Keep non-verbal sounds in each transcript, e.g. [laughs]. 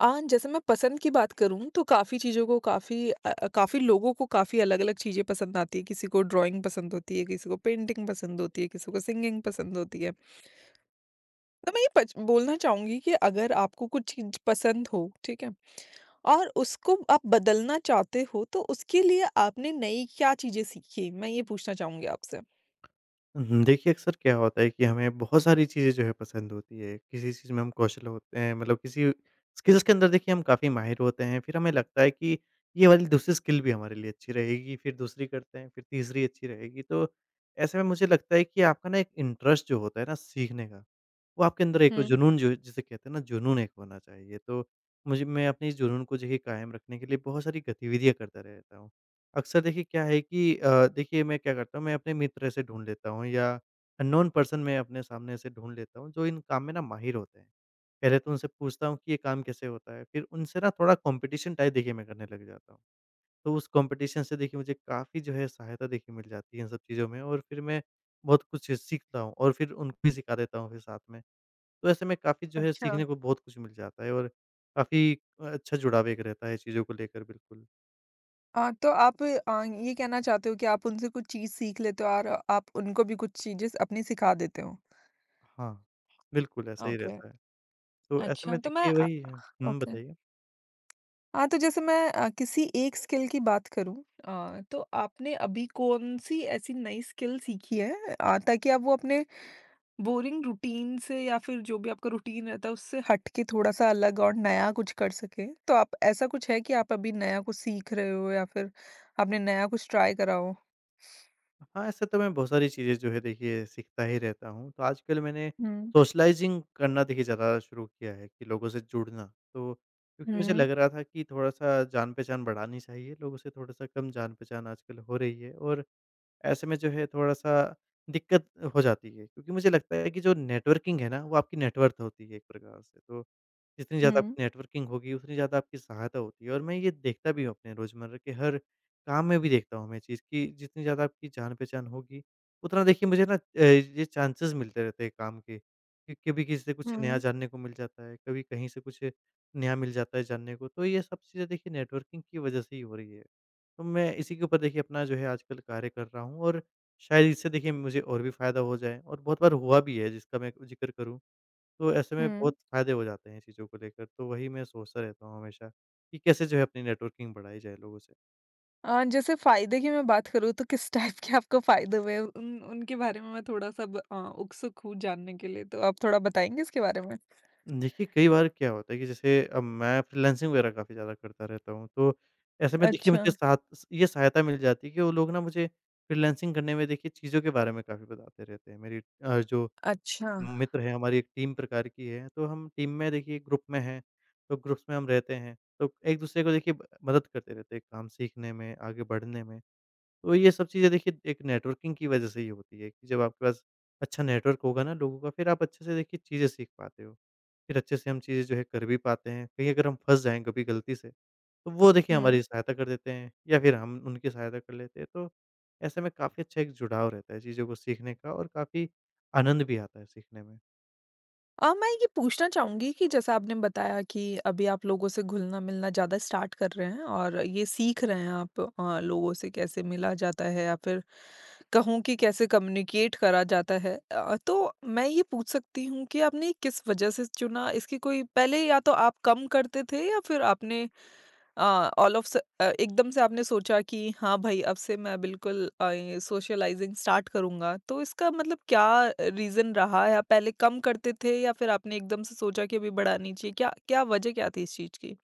जैसे मैं पसंद की बात करूँ तो काफ़ी चीज़ों को काफ़ी लोगों को काफ़ी अलग-अलग चीज़ें पसंद आती है। किसी को ड्राइंग पसंद होती है, किसी को पेंटिंग पसंद होती है, किसी को सिंगिंग पसंद होती है। तो मैं ये पच बोलना चाहूँगी कि अगर आपको कुछ चीज़ पसंद हो, ठीक है? और उसको आप बदलना चाहते हो तो उसके लिए आपने नई क्या चीज़ें सीखी? मैं ये पूछना चाहूँगी आपसे। देखिए, अक्सर क्या होता है कि हमें बहुत सारी चीज़ें जो है पसंद होती है, किसी चीज़ में हम कौशल होते हैं, मतलब किसी स्किल्स के अंदर देखिए हम काफ़ी माहिर होते हैं, फिर हमें लगता है कि ये वाली दूसरी स्किल भी हमारे लिए अच्छी रहेगी, फिर दूसरी करते हैं, फिर तीसरी अच्छी रहेगी। तो ऐसे में मुझे लगता है कि आपका ना एक इंटरेस्ट जो होता है ना सीखने का, वो आपके अंदर एक हुँ। जुनून जो जिसे कहते हैं ना, जुनून एक होना चाहिए। तो मुझे, मैं अपने इस जुनून को देखिए कायम रखने के लिए बहुत सारी गतिविधियाँ करता रहता हूँ। अक्सर देखिए क्या है कि देखिए, मैं क्या करता हूँ, मैं अपने मित्र ऐसे ढूँढ लेता हूँ या अननोन पर्सन मैं अपने सामने ऐसे ढूँढ लेता हूँ जो इन काम में ना माहिर होते हैं। पहले तो उनसे पूछता हूँ कि ये काम कैसे होता है? फिर उनसे ना थोड़ा कॉम्पिटिशन टाइप देखिए मैं करने लग जाता हूँ। तो उस कॉम्पिटिशन से देखिए मुझे काफ़ी जो है सहायता देखिए मिल जाती है इन सब चीज़ों में, और फिर मैं बहुत कुछ सीखता हूँ और फिर उनको भी सिखा देता हूँ फिर साथ में। तो ऐसे में काफ़ी जो है अच्छा। सीखने को बहुत कुछ मिल जाता है और काफ़ी अच्छा जुड़ाव एक रहता है चीज़ों को लेकर, बिल्कुल। तो आप ये कहना चाहते हो कि आप उनसे कुछ चीज़ सीख लेते हो और आप उनको भी कुछ चीज़ें अपनी सिखा देते हो। हाँ। बिल्कुल, ऐसा ही ओके। रहता है। तो ऐसे अच्छा, में तो मैं देखिए वही है, ओके। बताइए? हाँ, तो जैसे मैं किसी एक स्किल की बात करूँ तो आपने अभी कौन-सी ऐसी नई स्किल सीखी है ताकि आप वो अपने बोरिंग रूटीन से या फिर जो भी आपका रूटीन रहता है, उससे हट के थोड़ा-सा अलग और नया कुछ कर सकें? तो आप ऐसा कुछ है कि आप अभी नया कुछ सीख रहे हो या फिर आपने नया कुछ ट्राई करा हो? हाँ, ऐसे तो मैं बहुत सारी चीज़ें जो है देखिए सीखता ही रहता हूँ। तो आजकल मैंने हुँ। सोशलाइज़िंग करना देखिए ज़्यादा शुरू किया है कि लोगों से जुड़ना। तो क्योंकि मुझे हुँ, लग रहा था कि थोड़ा-सा जान-पहचान बढ़ानी चाहिए, लोगों से थोड़ा-सा कम जान-पहचान आजकल हो रही है, और ऐसे में जो है थोड़ा-सा दिक्कत हो जाती है, क्योंकि मुझे लगता है कि जो नेटवर्किंग है ना, वो आपकी नेटवर्थ होती है एक प्रकार से। तो जितनी ज़्यादा हुँ, आपकी नेटवर्किंग होगी, उतनी ज़्यादा आपकी सहायता होती है, और मैं ये देखता भी हूँ अपने रोज़मर्रा के हर काम में भी, देखता हूँ मैं ये चीज़ कि जितनी ज़्यादा आपकी जान-पहचान होगी, उतना देखिए मुझे ना ये चांसेस मिलते रहते हैं काम के। कि कभी किसी से कुछ नया हुँ, जानने को मिल जाता है, कभी कहीं से कुछ नया मिल जाता है जानने को, तो ये सब चीज़ें देखिए नेटवर्किंग की वजह से ही हो रही है। तो मैं इसी के ऊपर देखिए अपना जो है आजकल कार्य कर रहा हूँ, और शायद इससे देखिए मुझे और भी फ़ायदा हो जाए, और बहुत बार हुआ भी है, जिसका मैं ज़िक्र करूँ। तो ऐसे में हुँ। बहुत फ़ायदे हो जाते हैं चीज़ों को लेकर, तो वही मैं सोचता रहता हूँ हमेशा कि कैसे जो है अपनी नेटवर्किंग बढ़ाई जाए लोगों से। जैसे फ़ायदे की मैं बात करूँ तो किस [laughs] टाइप के आपको फ़ायदे हुए? उन उनके बारे में मैं थोड़ा-सा उत्सुक हूँ जानने के लिए, तो आप थोड़ा बताएँगे इसके बारे में? देखिए, कई बार क्या होता है कि जैसे अब मैं फ्रीलांसिंग वगैरह काफ़ी ज़्यादा करता रहता हूँ, तो ऐसे में देखिए अच्छा। मुझे साथ ये सहायता मिल जाती है कि वो लोग ना मुझे फ्रीलांसिंग करने में देखिए चीज़ों के बारे में काफ़ी बताते रहते हैं। मेरी जो अच्छा। मित्र है, हमारी एक टीम प्रकार की है, तो हम टीम में देखिए ग्रुप में हैं, तो ग्रुप्स में हम रहते हैं, तो एक-दूसरे को देखिए ब मदद करते रहते हैं काम सीखने में, आगे बढ़ने में। तो ये सब चीज़ें देखिए एक नेटवर्किंग की वजह से ही होती है कि जब आपके पास अच्छा नेटवर्क होगा ना लोगों का, फिर आप अच्छे से देखिए चीज़ें सीख पाते हो। फिर अच्छे से हम चीज़ें जो है कर भी पाते हैं। कहीं अगर हम फँस जाएँ कभी गलती से, तो वो देखिए हमारी सहायता कर देते हैं या फिर हम उनकी सहायता कर लेते हैं। तो ऐसे में काफ़ी अच्छा एक जुड़ाव रहता है चीज़ों को सीखने का और काफ़ी आनंद भी आता है सीखने में। मैं ये पूछना चाहूँगी कि जैसा आपने बताया कि अभी आप लोगों से घुलना-मिलना ज़्यादा स्टार्ट कर रहे हैं और ये सीख रहे हैं आप लोगों से कैसे मिला जाता है या फिर कहूँ कि कैसे कम्युनिकेट करा जाता है। तो मैं ये पूछ सकती हूँ कि आपने किस वजह से चुना? इसकी कोई पहले या तो आप कम करते थे या फिर आपने अ, ऑल ऑफ स अ, एकदम से आपने सोचा कि हाँ भाई अब से मैं बिल्कुल ये सोशलाइज़िंग स्टार्ट करूँगा। तो इसका मतलब क्या रीज़न रहा है? आप पहले कम करते थे या फिर आपने एकदम से सोचा कि अभी बढ़ानी चाहिए? क्या क्या वजह क्या थी इस चीज़ की?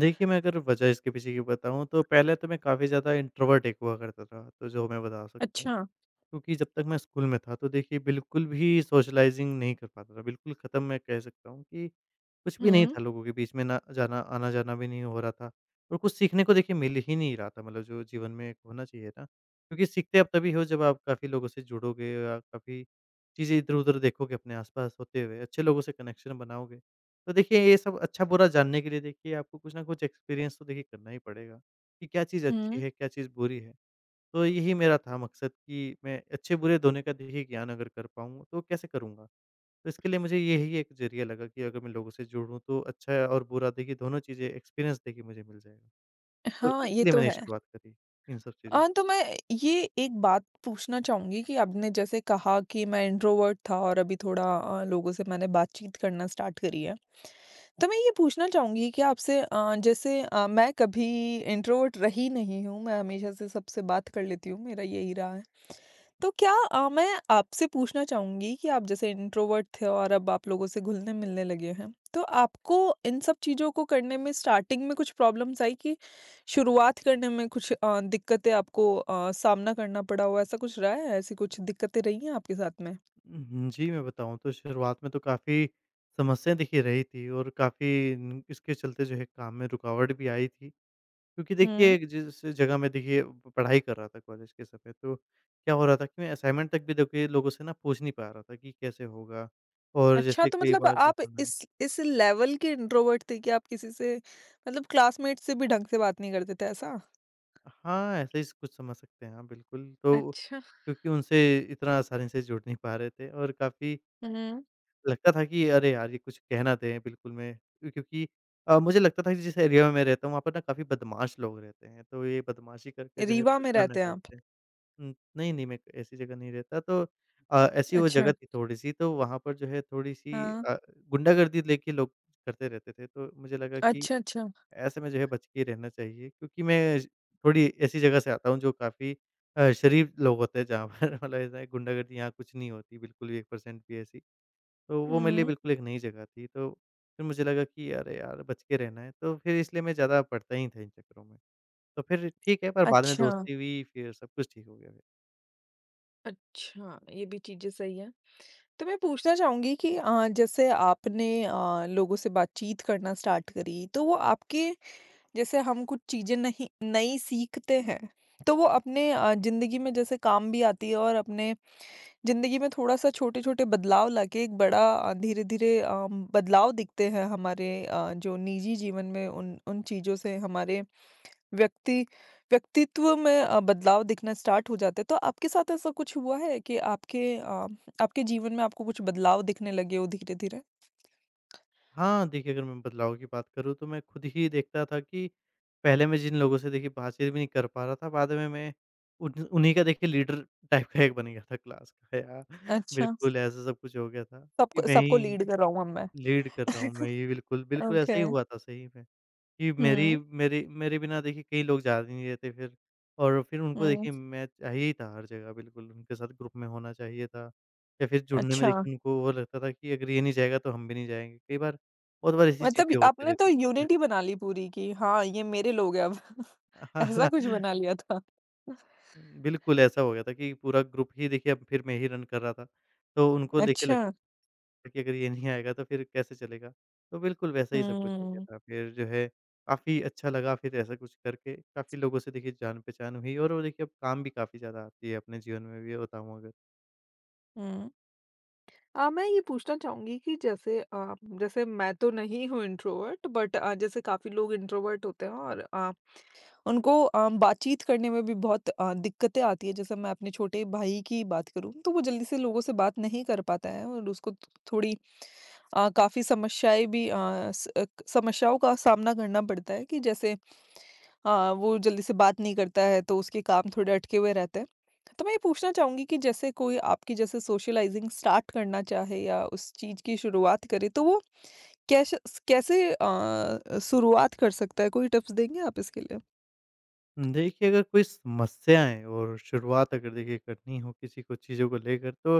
देखिए, मैं अगर वजह इसके पीछे की बताऊँ तो पहले तो मैं काफ़ी ज़्यादा इंट्रोवर्ट एक हुआ करता था, तो जो मैं बता सकता हूँ। अच्छा। क्योंकि जब तक मैं स्कूल में था, तो देखिए बिल्कुल भी सोशलाइज़िंग नहीं कर पाता था। बिल्कुल ख़त्म, मैं कह सकता हूँ कि कुछ भी नहीं हुँ, था, लोगों के बीच में ना जाना, आना-जाना भी नहीं हो रहा था, और कुछ सीखने को देखिए मिल ही नहीं रहा था, मतलब जो जीवन में एक होना चाहिए ना। क्योंकि सीखते आप तभी हो जब आप काफ़ी लोगों से जुड़ोगे या काफ़ी चीज़ें इधर-उधर देखोगे अपने आस-पास होते हुए, अच्छे लोगों से कनेक्शन बनाओगे। तो देखिए, ये सब अच्छा-बुरा जानने के लिए देखिए आपको कुछ ना कुछ एक्सपीरियंस तो देखिए करना ही पड़ेगा, कि क्या चीज़ अच्छी हुँ। है, क्या चीज़ बुरी है। तो यही मेरा था मकसद कि मैं अच्छे-बुरे दोनों का देखिए ज्ञान अगर कर पाऊँ, तो कैसे करूँगा? तो इसके लिए मुझे यही एक ज़रिया लगा कि अगर मैं लोगों से जुड़ूँ तो अच्छा और बुरा देखिए दोनों चीज़ें एक्सपीरियंस देखिए मुझे मिल जाएगा। तो हाँ, ये इसलिए तो मैंने है। शुरुआत करी इन सब चीज़ों की। तो मैं ये एक बात पूछना चाहूँगी कि आपने जैसे कहा कि मैं इंट्रोवर्ट था और अभी थोड़ा लोगों से मैंने बातचीत करना स्टार्ट करी है। तो मैं ये पूछना चाहूँगी कि आपसे जैसे मैं कभी इंट्रोवर्ट रही नहीं हूँ, मैं हमेशा से सबसे बात कर लेती हूँ, मेरा यही रहा है। तो क्या मैं आपसे पूछना चाहूँगी कि आप जैसे इंट्रोवर्ट थे और अब आप लोगों से घुलने-मिलने लगे हैं, तो आपको इन सब चीज़ों को करने में स्टार्टिंग में कुछ प्रॉब्लम्स आई कि शुरुआत करने में कुछ दिक्कतें आपको सामना करना पड़ा हो, ऐसा कुछ रहा है? ऐसी कुछ दिक्कतें रही हैं आपके साथ में? जी, मैं बताऊँ तो शुरुआत में तो काफ़ी समस्याएँ देखिए रही थी, और काफ़ी न इसके चलते जो है काम में रुकावट भी आई थी। क्योंकि हुँ। देखिए, जिस जगह मैं देखिए प पढ़ाई कर रहा था कॉलेज के समय, तो क्या हो रहा था कि मैं असाइनमेंट तक भी देखिए लोगों से ना पूछ नहीं पा रहा था कि कैसे होगा? और अच्छा, जैसे तो कई मतलब बार जो आप होना है। इस लेवल के इंट्रोवर्ट थे कि आप किसी से मतलब क्लासमेट से भी ढंग से बात नहीं करते थे, ऐसा? हाँ, ऐसे ही कुछ समझ सकते हैं, हाँ, बिल्कुल। तो अच्छा। क्योंकि उनसे इतना आसानी से जुड़ नहीं पा रहे थे, और काफ़ी हुँ। लगता था कि अरे यार! ये कुछ कह ना दें बिल्कुल में, क्योंकि मुझे लगता था कि जिस एरिया में मैं रहता हूँ, वहाँ पर ना काफ़ी बदमाश लोग रहते हैं, तो ये बदमाशी करके जो है रीवा में परेशान ना रहते हैं आप? करते हैं। नहीं, नहीं, मैं ऐसी जगह नहीं रहता, तो ऐसी वो अच्छा, जगह थी थोड़ी-सी, तो वहाँ पर जो है थोड़ी-सी हाँ। गुंडागर्दी लेके लोग करते रहते थे, तो मुझे लगा कि अच्छा, अच्छा। ऐसे में जो है बच के रहना चाहिए, क्योंकि मैं थोड़ी ऐसी जगह से आता हूँ जो काफ़ी शरीफ लोग होते हैं जहाँ पर [laughs] मतलब ऐसा है, गुंडागर्दी यहाँ कुछ नहीं होती, बिल्कुल भी 1% भी ऐसी। तो वो मेरे लिए हुँ, बिल्कुल एक नई जगह थी, तो फिर मुझे लगा कि अरे यार, बच के रहना है, तो फिर इसलिए मैं ज़्यादा पड़ता ही नहीं था इन चक्करों में। तो फिर ठीक है, पर बाद में अच्छा। दोस्ती हुई, फिर सब कुछ ठीक हो गया। अच्छा, ये भी चीज़ें सही हैं। तो मैं पूछना चाहूँगी कि जैसे आपने लोगों से बातचीत करना स्टार्ट करी, तो वो आपके जैसे हम कुछ चीज़ें नहीं नई सीखते हैं, तो वो अपने ज़िंदगी में जैसे काम भी आती है और अपने ज़िंदगी में थोड़ा-सा छोटे-छोटे बदलाव लाके एक बड़ा धीरे-धीरे बदलाव दिखते हैं हमारे जो निजी जीवन में उन उन चीज़ों से हमारे व्यक्ति व्यक्तित्व में बदलाव दिखना स्टार्ट हो जाते हैं। तो आपके साथ ऐसा कुछ हुआ है कि आपके जीवन में आपको कुछ बदलाव दिखने लगे हो धीरे-धीरे? हाँ, देखिए, अगर मैं बदलाव की बात करूँ तो मैं खुद ही देखता था कि पहले मैं जिन लोगों से देखिए बातचीत भी नहीं कर पा रहा था, बाद में मैं उन उन्हीं का देखिए लीडर टाइप का एक बन गया था क्लास का, या अच्छा। बिल्कुल ऐसा सब कुछ हो गया था कि सबको मैं सबको ही लीड कर रहा हूँ अब मैं। लीड कर रहा हूँ मैं, ये बिल्कुल, [laughs] बिल्कुल ओके। ऐसा ही हुआ था सही में, कि मेरी हुँ, मेरे मेरे बिना देखिए कई लोग जा नहीं रहे थे फिर, और फिर उनको हुँ। देखिए मैं चाहिए ही था हर जगह, बिल्कुल, उनके साथ ग्रुप में होना चाहिए था या फिर जुड़ने में अच्छा। देखिए उनको वो लगता था कि अगर ये नहीं जाएगा तो हम भी नहीं जाएँगे, कई बार, बहुत बार ऐसी मतलब चीज़ें होती आपने तो रहती थी। यूनिटी बना ली पूरी कि हाँ, ये मेरे लोग हैं अब। [laughs] हाँ, ऐसा हाँ, कुछ [laughs] बना लिया था। बिल्कुल ऐसा हो गया था कि पूरा ग्रुप ही देखिए अब फिर मैं ही रन कर रहा था, तो उनको देखिए अच्छा। लगता, देखिए अगर ये नहीं आएगा तो फिर कैसे चलेगा? तो बिल्कुल वैसा ही सब कुछ हो गया हुँ, था। फिर जो है काफ़ी अच्छा लगा फिर ऐसा कुछ करके, काफ़ी लोगों से देखिए जान-पहचान हुई, और वो देखिए अब काम भी काफ़ी ज़्यादा आती है अपने जीवन में भी, बताऊँ अगर। हुँ। मैं ये पूछना चाहूँगी कि जैसे जैसे मैं तो नहीं हूँ इंट्रोवर्ट बट जैसे काफ़ी लोग इंट्रोवर्ट होते हैं और उनको बातचीत करने में भी बहुत दिक्कतें आती है जैसे मैं अपने छोटे भाई की बात करूँ तो वो जल्दी से लोगों से बात नहीं कर पाता है और उसको थोड़ी काफी समस्याएं भी समस्याओं का सामना करना पड़ता है कि जैसे वो जल्दी से बात नहीं करता है तो उसके काम थोड़े अटके हुए रहते हैं। तो मैं ये पूछना चाहूंगी कि जैसे कोई आपकी जैसे सोशलाइजिंग स्टार्ट करना चाहे या उस चीज की शुरुआत करे तो वो कैसे कैसे शुरुआत कर सकता है? कोई टिप्स देंगे आप इसके देखिए, अगर कोई समस्याएँ और शुरुआत अगर देखिए करनी हो किसी को चीज़ों को लेकर, तो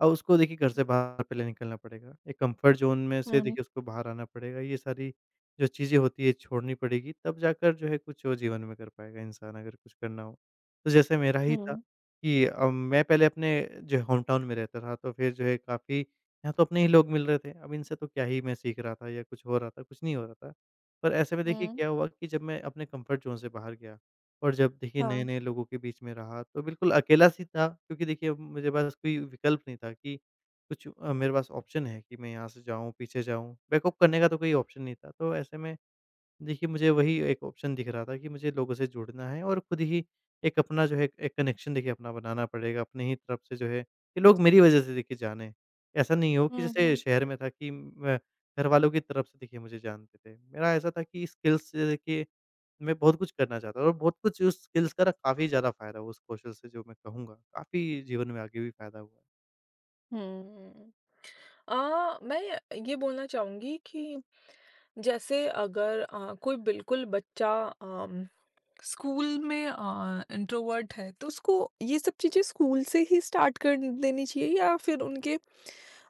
उसको देखिए घर से बाहर पहले निकलना पड़ेगा। एक कम्फ़र्ट ज़ोन में से लिए? देखिए उसको बाहर आना पड़ेगा। ये सारी जो चीज़ें होती है छोड़नी पड़ेगी, तब जाकर जो है कुछ वो जीवन में कर पाएगा इंसान, अगर कुछ करना हो। तो जैसे मेरा ही था हुँ। कि मैं पहले अपने जो होम टाउन में रहता था, तो फिर जो है काफ़ी यहाँ तो अपने ही लोग मिल रहे थे। अब इनसे तो क्या ही मैं सीख रहा था, या कुछ हो रहा था, कुछ नहीं हो रहा था। पर ऐसे में देखिए हुँ, क्या हुआ कि जब मैं अपने कम्फ़र्ट ज़ोन से बाहर गया और जब देखिए हाँ। नए-नए लोगों के बीच में रहा, तो बिल्कुल अकेला-सी था, क्योंकि देखिए अब मेरे पास कोई विकल्प नहीं था कि कुछ मेरे पास ऑप्शन है कि मैं यहाँ से जाऊँ, पीछे जाऊँ, बैकअप करने का तो कोई ऑप्शन नहीं था। तो ऐसे में देखिए मुझे वही एक ऑप्शन दिख रहा था कि मुझे लोगों से जुड़ना है और खुद ही एक अपना जो है एक कनेक्शन देखिए अपना बनाना पड़ेगा, अपनी ही तरफ से जो है, कि लोग मेरी वज़ह से देखिए जानें। ऐसा नहीं हो कि हुँ, जैसे हुँ। शहर में था कि म घर वालों की तरफ से देखिए मुझे जानते थे। मेरा ऐसा था कि स्किल्स से देखिए मैं बहुत कुछ करना चाहता था, और बहुत कुछ उस स्किल्स का ना काफ़ी ज़्यादा फ़ायदा हुआ उस कौशल से, जो मैं कहूँगा, काफ़ी जीवन में आगे भी फ़ायदा हुआ है। हुँ। मैं ये बोलना चाहूँगी कि जैसे अगर कोई बिल्कुल बच्चा अम, स्कूल में इंट्रोवर्ट है, तो उसको ये सब चीज़ें स्कूल से ही स्टार्ट कर देनी चाहिए या फिर उनके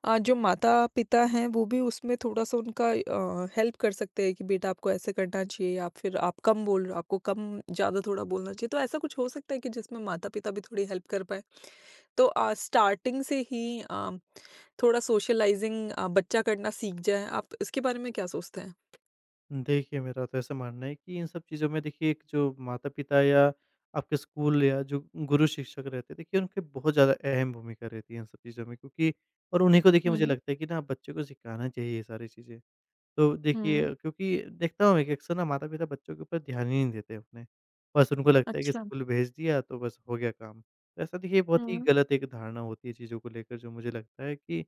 जो माता-पिता हैं, वो भी उसमें थोड़ा-सा उनका हेल्प कर सकते हैं कि बेटा आपको ऐसे करना चाहिए या फिर आप कम बोल रहे हो, आपको कम ज़्यादा थोड़ा बोलना चाहिए। तो ऐसा कुछ हो सकता है कि जिसमें माता-पिता भी थोड़ी हेल्प कर पाएँ? तो स्टार्टिंग से ही थोड़ा सोशलाइज़िंग बच्चा करना सीख जाए, आप इसके बारे में क्या सोचते हैं? देखिए, मेरा तो ऐसा मानना है कि इन सब चीज़ों में देखिए एक जो माता-पिता या आपके स्कूल या जो गुरु शिक्षक रहते हैं, देखिए उनकी बहुत ज़्यादा अहम भूमिका रहती है इन सब चीज़ों में, क्योंकि और उन्हीं को देखिए मुझे हुँ, लगता है कि ना बच्चों को सिखाना चाहिए ये सारी चीज़ें। तो हुँ। देखिए, क्योंकि देखता हूँ मैं कि अक्सर ना माता-पिता बच्चों के ऊपर ध्यान ही नहीं देते अपने। बस उनको लगता है कि अच्छा। स्कूल भेज दिया, तो बस हो गया काम। तो ऐसा देखिए बहुत ही हुँ, गलत एक धारणा होती है चीज़ों को लेकर, जो मुझे लगता है कि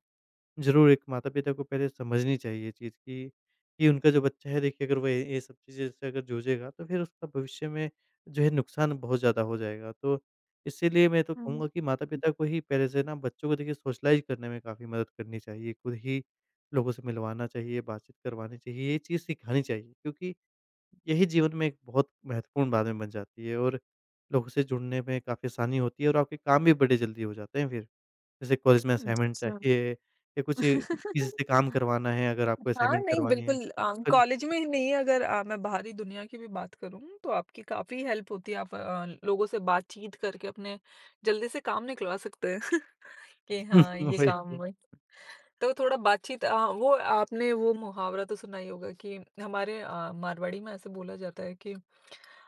ज़रूर, एक माता-पिता को पहले समझनी चाहिए ये चीज़ कि उनका जो बच्चा है देखिए, अगर वो ये सब चीज़ें से अगर जूझेगा, तो फिर उसका भविष्य में जो है नुकसान बहुत ज़्यादा हो जाएगा। तो इसीलिए मैं तो हुँ। कहूँगा कि माता-पिता को ही पहले से ना बच्चों को देखिए सोशलाइज़ करने में काफ़ी मदद करनी चाहिए, खुद ही लोगों से मिलवाना चाहिए, बातचीत करवानी चाहिए, ये चीज़ सिखानी चाहिए। क्योंकि यही जीवन में एक बहुत महत्वपूर्ण बात में बन जाती है, और लोगों से जुड़ने में काफ़ी आसानी होती है और आपके काम भी बड़े जल्दी हो जाते हैं फिर। जैसे कॉलेज में असाइनमेंट अच्छा। चाहिए या कुछ किसी [laughs] से काम करवाना है, अगर आपको हाँ, असाइनमेंट नहीं करवानी है, बिल्कुल बिल्कुल कॉलेज में ही नहीं, अगर मैं बाहरी दुनिया की भी बात करूँ, तो आपकी काफ़ी हेल्प होती है, आप लोगों से बातचीत करके अपने जल्दी से काम निकलवा सकते हैं। [laughs] कि हाँ, [laughs] ये वही काम तो। तो थोड़ा बातचीत। अ, वो आपने वो मुहावरा तो सुना ही होगा कि हमारे मारवाड़ी में ऐसे बोला जाता है कि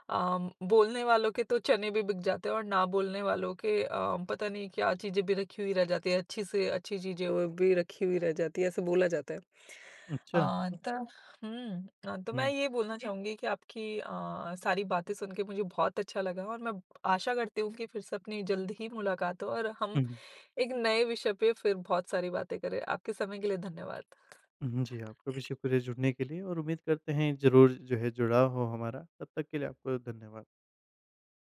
बोलने वालों के तो चने भी बिक जाते हैं और ना बोलने वालों के पता नहीं क्या चीजें भी रखी हुई रह जाती है, अच्छी से अच्छी चीजें वो भी रखी हुई रह जाती है, ऐसे बोला जाता है। अच्छा। आ, तो तो मैं हुँ, ये बोलना चाहूंगी कि आपकी सारी बातें सुन के मुझे बहुत अच्छा लगा और मैं आशा करती हूँ कि फिर से अपनी जल्द ही मुलाकात हो और हम हुँ, एक नए विषय पे फिर बहुत सारी बातें करें। आपके समय के लिए धन्यवाद। हुँ। जी, आपका भी शुक्रिया जुड़ने के लिए, और उम्मीद करते हैं ज़रूर जो है जुड़ाव हो हमारा। तब तक के लिए आपको धन्यवाद।